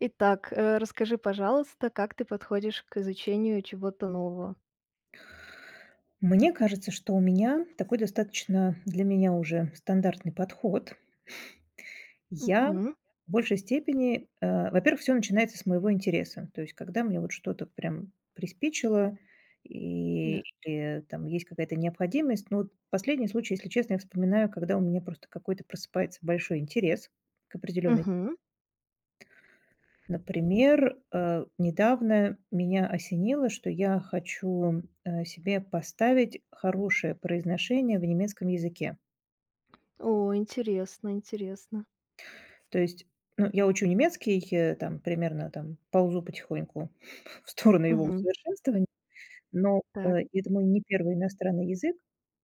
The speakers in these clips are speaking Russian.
Итак, расскажи, пожалуйста, как ты подходишь к изучению чего-то нового? Мне кажется, что у меня такой достаточно для меня уже стандартный подход. Я Мгм. в большей степени, во-первых, все начинается с моего интереса. То есть когда мне вот что-то прям приспичило, и Да. или там есть какая-то необходимость. Ну, вот последний случай, если честно, я вспоминаю, когда у меня просто какой-то просыпается большой интерес к определенной Мгм. Например, недавно меня осенило, что я хочу, себе поставить хорошее произношение в немецком языке. О, интересно, интересно. То есть, ну, я учу немецкий, там примерно там ползу потихоньку в сторону его Мгм. усовершенствования, но, Так. это мой не первый иностранный язык,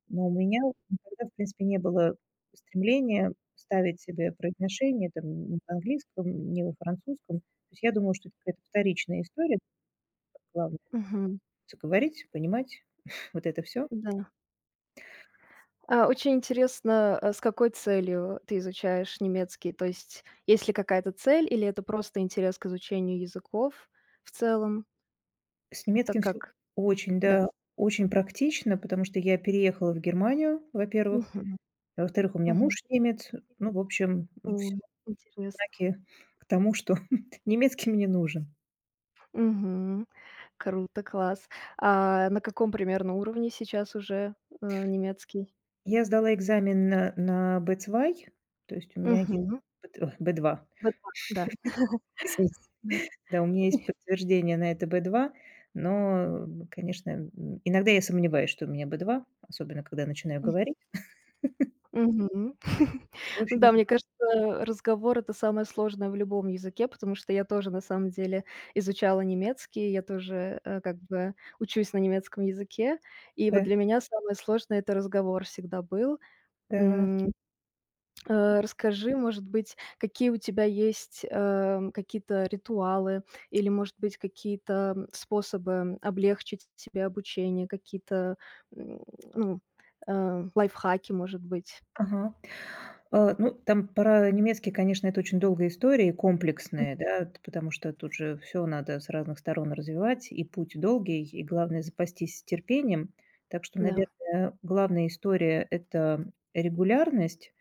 но у меня никогда, в принципе, не было стремления ставить себе произношение там ни в английском, ни во французском. То есть я думала, что это какая-то вторичная история, главное — Мгм. всё говорить, понимать, вот это все. Да. А, очень интересно, а, с какой целью ты изучаешь немецкий? То есть есть ли какая-то цель или это просто интерес к изучению языков в целом, С так немецким все как очень, Да. да, очень практично, потому что я переехала в Германию, во-первых. Мгм. А во-вторых, у меня Мгм. муж немец. Ну, в общем, О, все интересно. знаки к тому, что немецкий мне нужен. Мгм. Круто, класс. А на каком примерно уровне сейчас уже, немецкий? Я сдала экзамен на B2, то есть у меня есть Мгм. пот ой, B2, B2, да. извините. Да. Да, у меня есть подтверждение на это B2, но, конечно, иногда я сомневаюсь, что у меня B2, особенно когда начинаю говорить. Мгм. В Ну общем, да, это мне кажется, разговор- это самое сложное в любом языке, потому что я тоже, на самом деле, изучала немецкий, я тоже, как бы учусь на немецком языке. И вот да, для меня самое сложное- это разговор всегда был. да. Расскажи, может быть, какие у тебя есть, какие-то ритуалы или, может быть, какие-то, способы облегчить себе обучение, какие-то, м, ну, лайфхаки, может быть. Ага. Ну, там про немецкий, конечно, это очень долгая история и комплексная, да, потому что тут же все надо с разных сторон развивать, и путь долгий, и главное запастись терпением. Так что, Да. наверное, главная история — это регулярность,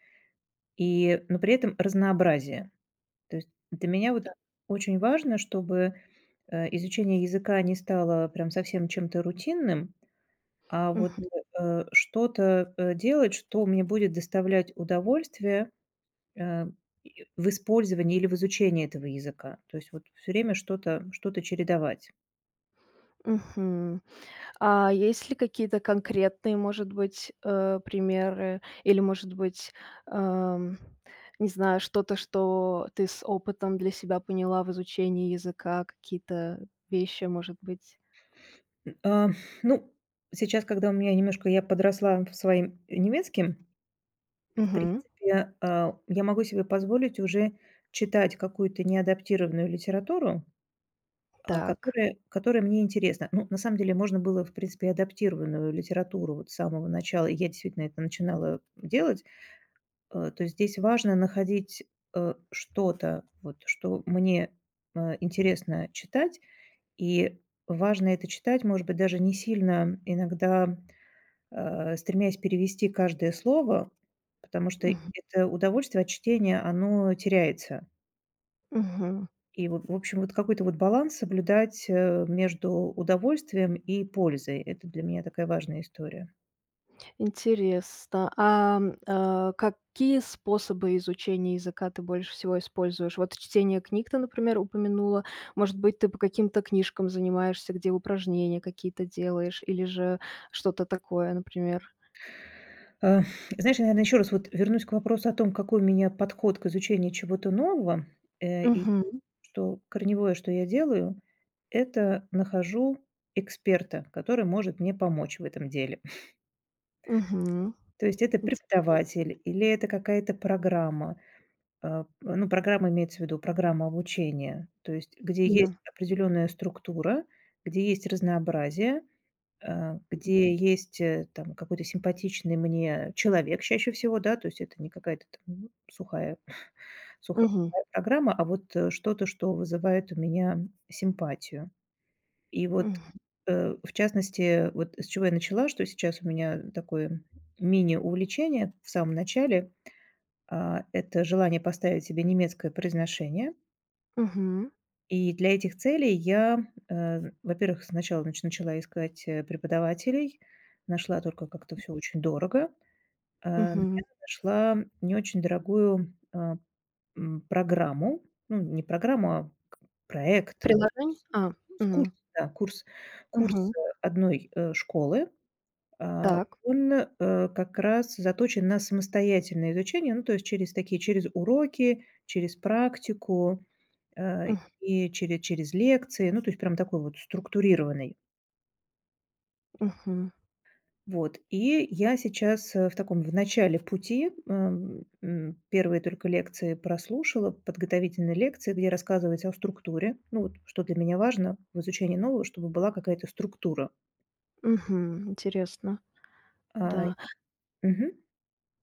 но при этом разнообразие. То есть для меня вот очень важно, чтобы изучение языка не стало прям совсем чем-то рутинным, а вот что-то делать, что мне будет доставлять удовольствие, Э, и в использовании или в изучении этого языка. То есть вот все время что-то чередовать. Мгм, мгм. А есть ли какие-то конкретные, может быть, примеры или, может быть, эм, не знаю, что-то, что ты с опытом для себя поняла в изучении языка, какие-то вещи, может быть? М, а, ну, сейчас, когда у меня немножко я подросла в своим немецким, в Мгм. принципе, я могу себе позволить уже читать какую-то неадаптированную литературу, Так. которая мне интересна. Ну, на самом деле можно было, в принципе, и адаптированную литературу вот с самого начала. И я действительно это начинала делать. То здесь важно находить, что-то, вот что мне, интересно читать. И важно это читать, может быть, даже не сильно иногда, стремясь перевести каждое слово, потому что Мгм. это удовольствие от чтения, оно теряется. Мгм. И вот, в общем, вот какой-то вот баланс соблюдать, между удовольствием и пользой. Это для меня такая важная история. Интересно. А, какие способы изучения языка ты больше всего используешь? Вот чтение книг ты, например, упомянула. Может быть, ты по каким-то книжкам занимаешься, где упражнения какие-то делаешь, или же что-то такое, например. А, Знаешь, я, наверное, еще раз вот вернусь к вопросу о том, какой у меня подход к изучению чего-то нового. И Мгм. что корневое, что я делаю, это нахожу эксперта, который может мне помочь в этом деле. Мгм. То есть это Интересно. преподаватель или это какая-то программа. Ну, программа имеется в виду программа обучения, то есть где есть Да. определенная структура, где есть разнообразие, где есть, там, какой-то симпатичный мне человек чаще всего, да, то есть это не какая-то там сухая сухо Мгм. сухая программа, а вот, что-то, что вызывает у меня симпатию. И вот, Мгм. В частности, вот с чего я начала, что сейчас у меня такое мини-увлечение в самом начале. Это желание поставить себе немецкое произношение. Мгм. И для этих целей я, во-первых, сначала начала искать, преподавателей. Нашла только как-то все очень дорого. Но я Мгм. нашла не очень дорогую, программу. Ну, не программу, а к проект, Приложений? с А. с курс, Мгм. да, курс, Мгм. Одной, школы. Так. Он, как раз заточен на самостоятельное изучение, ну, то есть через такие через уроки, через практику. Э, Мгм. и через лекции, ну, то есть прям такой вот структурированный. Мгм. Вот, и я сейчас, в начале пути, первые только лекции прослушала, подготовительные лекции, где рассказывается о структуре. Ну, вот что для меня важно в изучении нового, чтобы была какая-то структура. Мгм. Интересно. А, Да. Мгм.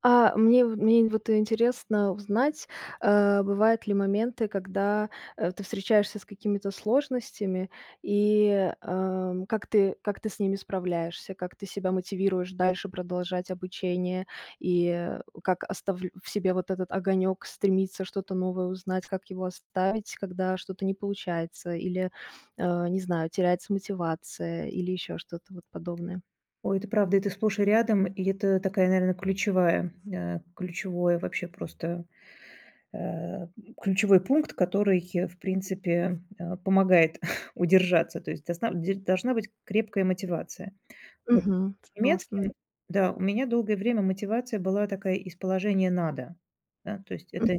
А, мне вот интересно узнать, бывают ли моменты, когда, ты встречаешься с какими-то сложностями, и, как ты с ними справляешься, как ты себя мотивируешь дальше продолжать обучение, и, как оставль в себе вот этот огонек стремиться что-то новое узнать, как его оставить, когда что-то не получается или, не знаю, теряется мотивация или еще что-то вот подобное. Ой, это правда, это сплошь и рядом, и это такая, наверное, ключевая, ключевое вообще просто — Э, ключевой пункт, который, в принципе, помогает удержаться. То есть досна де должна быть крепкая мотивация. Вот Мгм. с Согласна. немецким, да, у меня долгое время мотивация была такая из положения "надо". Да, то есть это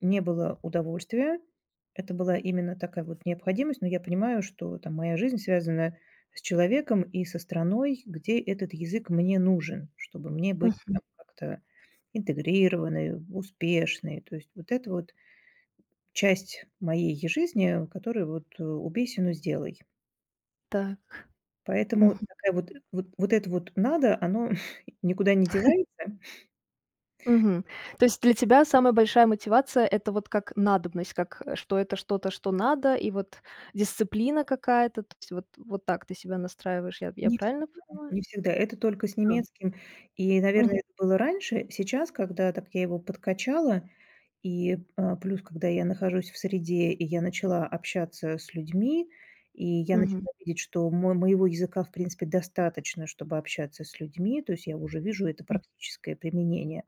не было удовольствие, это была именно такая вот необходимость. Но я понимаю, что там моя жизнь связана с человеком и со страной, где этот язык мне нужен, чтобы мне быть там как-то интегрированной, успешной. То есть вот это вот часть моей е жизни, которую вот, "убей сену сделай". так. Поэтому такая вот вот вот это вот "надо", оно никуда не девается. Мгм. То есть для тебя самая большая мотивация- это вот как надобность, как, что это что-то, что надо, и вот дисциплина какая-то. То есть вот так ты себя настраиваешь, я Не правильно всегда, понимаю? не всегда. Это только с А, немецким. И, мгм, наверное, это было раньше. Сейчас, когда так я его подкачала, плюс, когда я нахожусь в среде, и я начала общаться с людьми, и я мгм, начала видеть, что мо моего языка, в принципе, достаточно, чтобы общаться с людьми. То есть я уже вижу это м, практическое применение.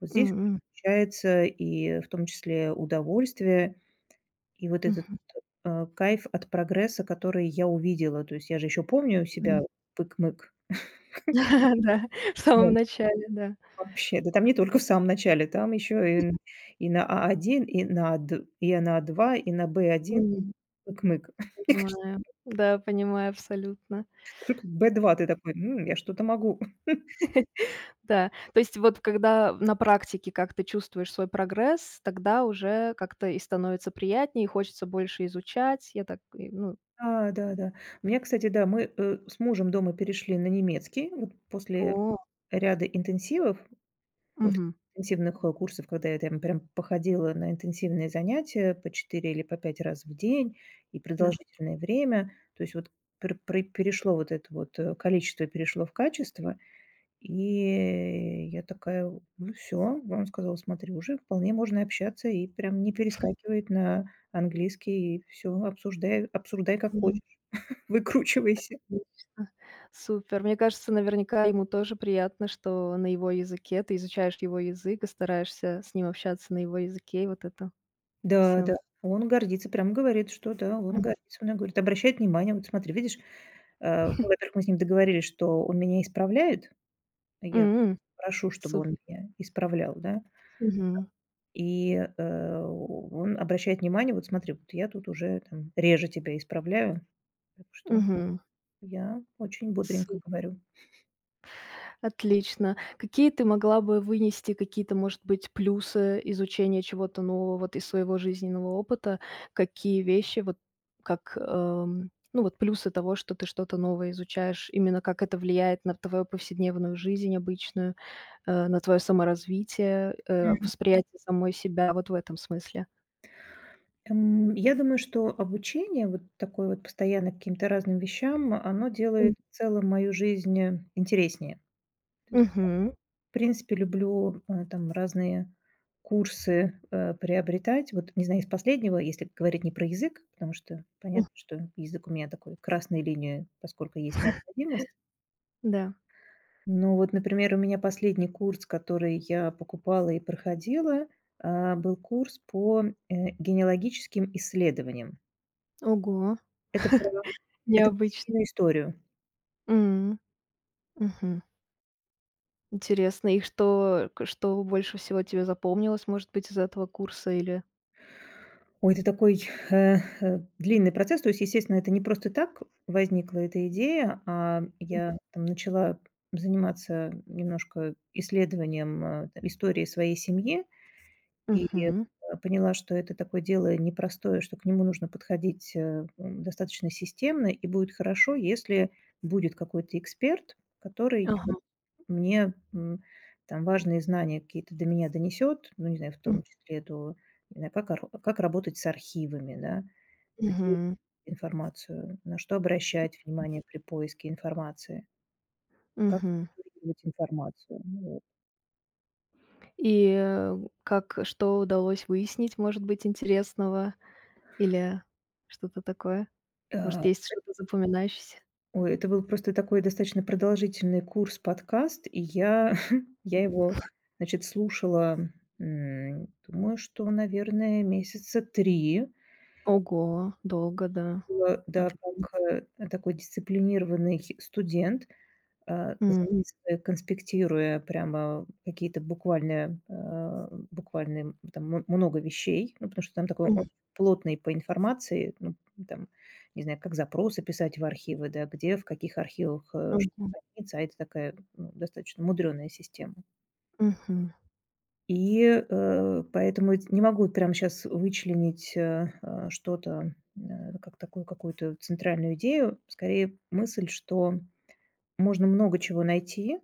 Вот здесь уже м, включается и в том числе удовольствие, и вот этот, мгм, кайф от прогресса, который я увидела. То есть я же еще помню себя мгм. пык-мык. Да, в самом Ну, начале, да. вообще, да там не только в самом начале, там еще и и на A1 и на Д и на А2, и на B1 Мгм, пык-мык. Мне кажется, понимаю. Да, понимаю абсолютно. только B2 ты такой: Я что-то могу". Да, то есть вот когда на практике, как ты чувствуешь свой прогресс, тогда уже как-то и становится приятнее, и хочется больше изучать. Я так, и ну. Да, да-да. У меня, кстати, да, мы, с мужем дома перешли на немецкий вот после ряда интенсивов. После Мгм. интенсивных, курсов, когда я там прям походила на интенсивные занятия по 4 или по 5 раз в день и Да. продолжительное время, то есть вот пр пре перешло вот это вот, количество перешло в качество, и я такая: "Ну все". Он сказал: "Смотри, уже вполне можно общаться, и прям не перескакивает на английский, и все обсуждай обсуждай как Мгм. хочешь, выкручивайся". Отлично. Супер. Мне кажется, наверняка ему тоже приятно, что на его языке ты изучаешь его язык и стараешься с ним общаться на его языке, и вот это Да, все. да. Он гордится, прям говорит, что да, он гордится мной, говорит, обращает внимание: "Вот смотри, видишь". Ну, во-первых, мы с ним договорились, что он меня исправляет. Я прошу, чтобы он Супер. меня исправлял, да. Мгм. И, он обращает внимание: "Вот смотри, вот я тут уже там реже тебя исправляю". Так что Мгм. я очень бодренько Супер. говорю. Отлично. Какие ты могла бы вынести какие-то, может быть, плюсы изучения чего-то нового вот из своего жизненного опыта? Какие вещи, вот как, ну вот плюсы того, что ты что-то новое изучаешь, именно как это влияет на твою повседневную жизнь обычную, на твое саморазвитие, Мгм. восприятие самой себя вот в этом смысле? Я думаю, что обучение вот такое вот постоянно к каким-то разным вещам, оно М. делает в целом мою жизнь, интереснее. То есть Мгм. в принципе, люблю, там разные курсы, приобретать. Вот, не знаю, из последнего, если говорить не про язык, потому что понятно, что язык у меня такой красной линией, поскольку есть необходимость. Да. Но вот, например, у меня последний курс, который я покупала и проходила, был курс по, генеалогическим исследованиям. Ого, Это про это про необычно. семейную историю. М. Мгм. Интересно, и что больше всего тебе запомнилось, может быть, из этого курса или Ой, это такой, э, длинный процесс. То есть, естественно, это не просто так возникла эта идея, а я там начала заниматься немножко исследованием, э, т истории своей семьи и, Мгм. поняла, что это такое дело непростое, что к нему нужно подходить, достаточно системно, и будет хорошо, если будет какой-то эксперт, который Ага. мне, там важные знания какие-то до меня донесет, ну, не знаю, в М, том числе до, не знаю, как работать с архивами, да, где мгм, информацию, на что обращать внимание при поиске информации, как мгм. структурировать информацию. Вот. И, как что удалось выяснить, может быть, интересного или что-то такое? А, Может, есть что-то запоминающееся? Ой, это был просто такой достаточно продолжительный курс, подкаст, и я я его, значит, слушала, думаю, что, наверное, месяца 3. Ого, долго, да. Было, да, Мгм. как, такой дисциплинированный студент, М, м, записывая, конспектируя прямо какие-то буквально, буквально там много вещей. Ну, потому что там такой он м, плотный по информации, ну, там, не знаю, как запросы писать в архивы, да, где, в каких архивах, что мгм, хранится, а это такая, ну, достаточно мудреная система. мгм, И, поэтому эт не могу прямо сейчас вычленить, что-то, как такую какую-то центральную идею. Скорее, мысль, что можно много чего найти,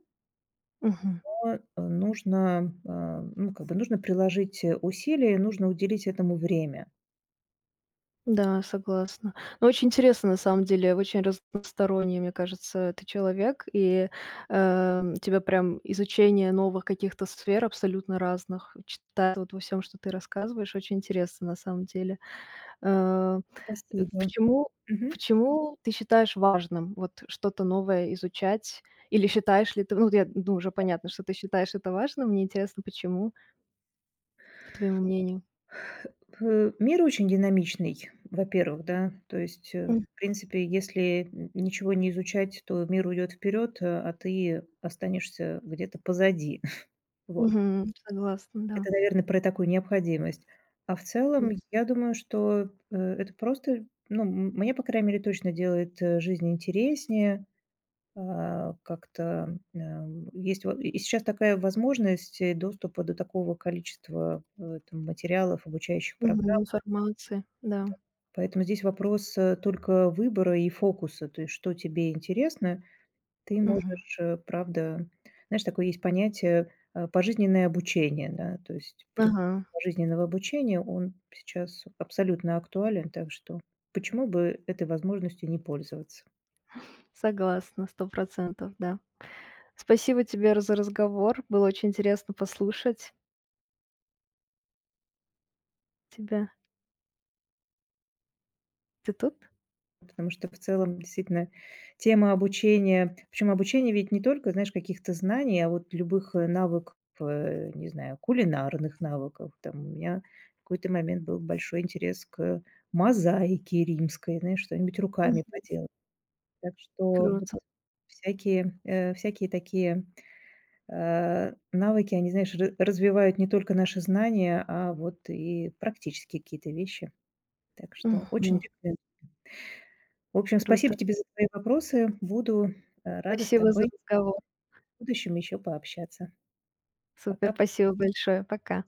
мгм. но, нужно, ну, как бы нужно приложить, усилия, нужно уделить этому время. Да, согласна. Ну, очень интересно, на самом деле, очень разносторонний, мне кажется, ты человек, и тебя прям изучение новых каких-то сфер абсолютно разных, читать вот во всем, что ты рассказываешь, очень интересно, на самом деле. Э, э, Спасибо. почему, Мгм. почему, ты считаешь важным вот что-то новое изучать? Или считаешь ли ты, ну, вот я, ну, уже понятно, что ты считаешь это важным, мне интересно, почему, по твоему мнению. Мир очень динамичный, во-первых, да. То есть, М, в принципе, если н ничего не изучать, то мир уйдет вперед, а ты останешься где-то позади. Вот. мгм, согласна, Это, наверное, про такую необходимость. А в да. целом, я думаю, что, это просто, ну, мне, по крайней мере, точно делает, жизнь интереснее. Как-то, есть вот и сейчас такая возможность, доступа до такого количества, там материалов, обучающих Мгм, программ. информации, да. Поэтому здесь вопрос, только выбора и фокуса. То есть что тебе интересно ты Мгм. можешь, правда. Знаешь, такое есть понятие, пожизненное обучение, да. То есть принцип Ага, пожизненного обучения, он сейчас абсолютно актуален, так что почему бы этой возможностью не пользоваться? согласна, 100%, да. Спасибо тебе р за разговор. Было очень интересно послушать тебя. Ты тут? Потому что в целом действительно тема обучения, причем обучение ведь не только, знаешь, каких-то знаний, а вот любых, навыков, не знаю, кулинарных навыков. Там у меня в какой-то момент был большой интерес к мозаике римской, знаешь, что-нибудь руками Мгм. поделать. Так что вот Круто. всякие такие, навыки, они, знаешь, ра развивают не только наши знания, а вот и практические какие-то вещи. Так что очень Мгм. рекомендую. В общем, спасибо Круто. тебе за твои вопросы. Буду, рада с Спасибо за тобой разговор. в будущем еще пообщаться. Супер, Пока. спасибо большое. Пока.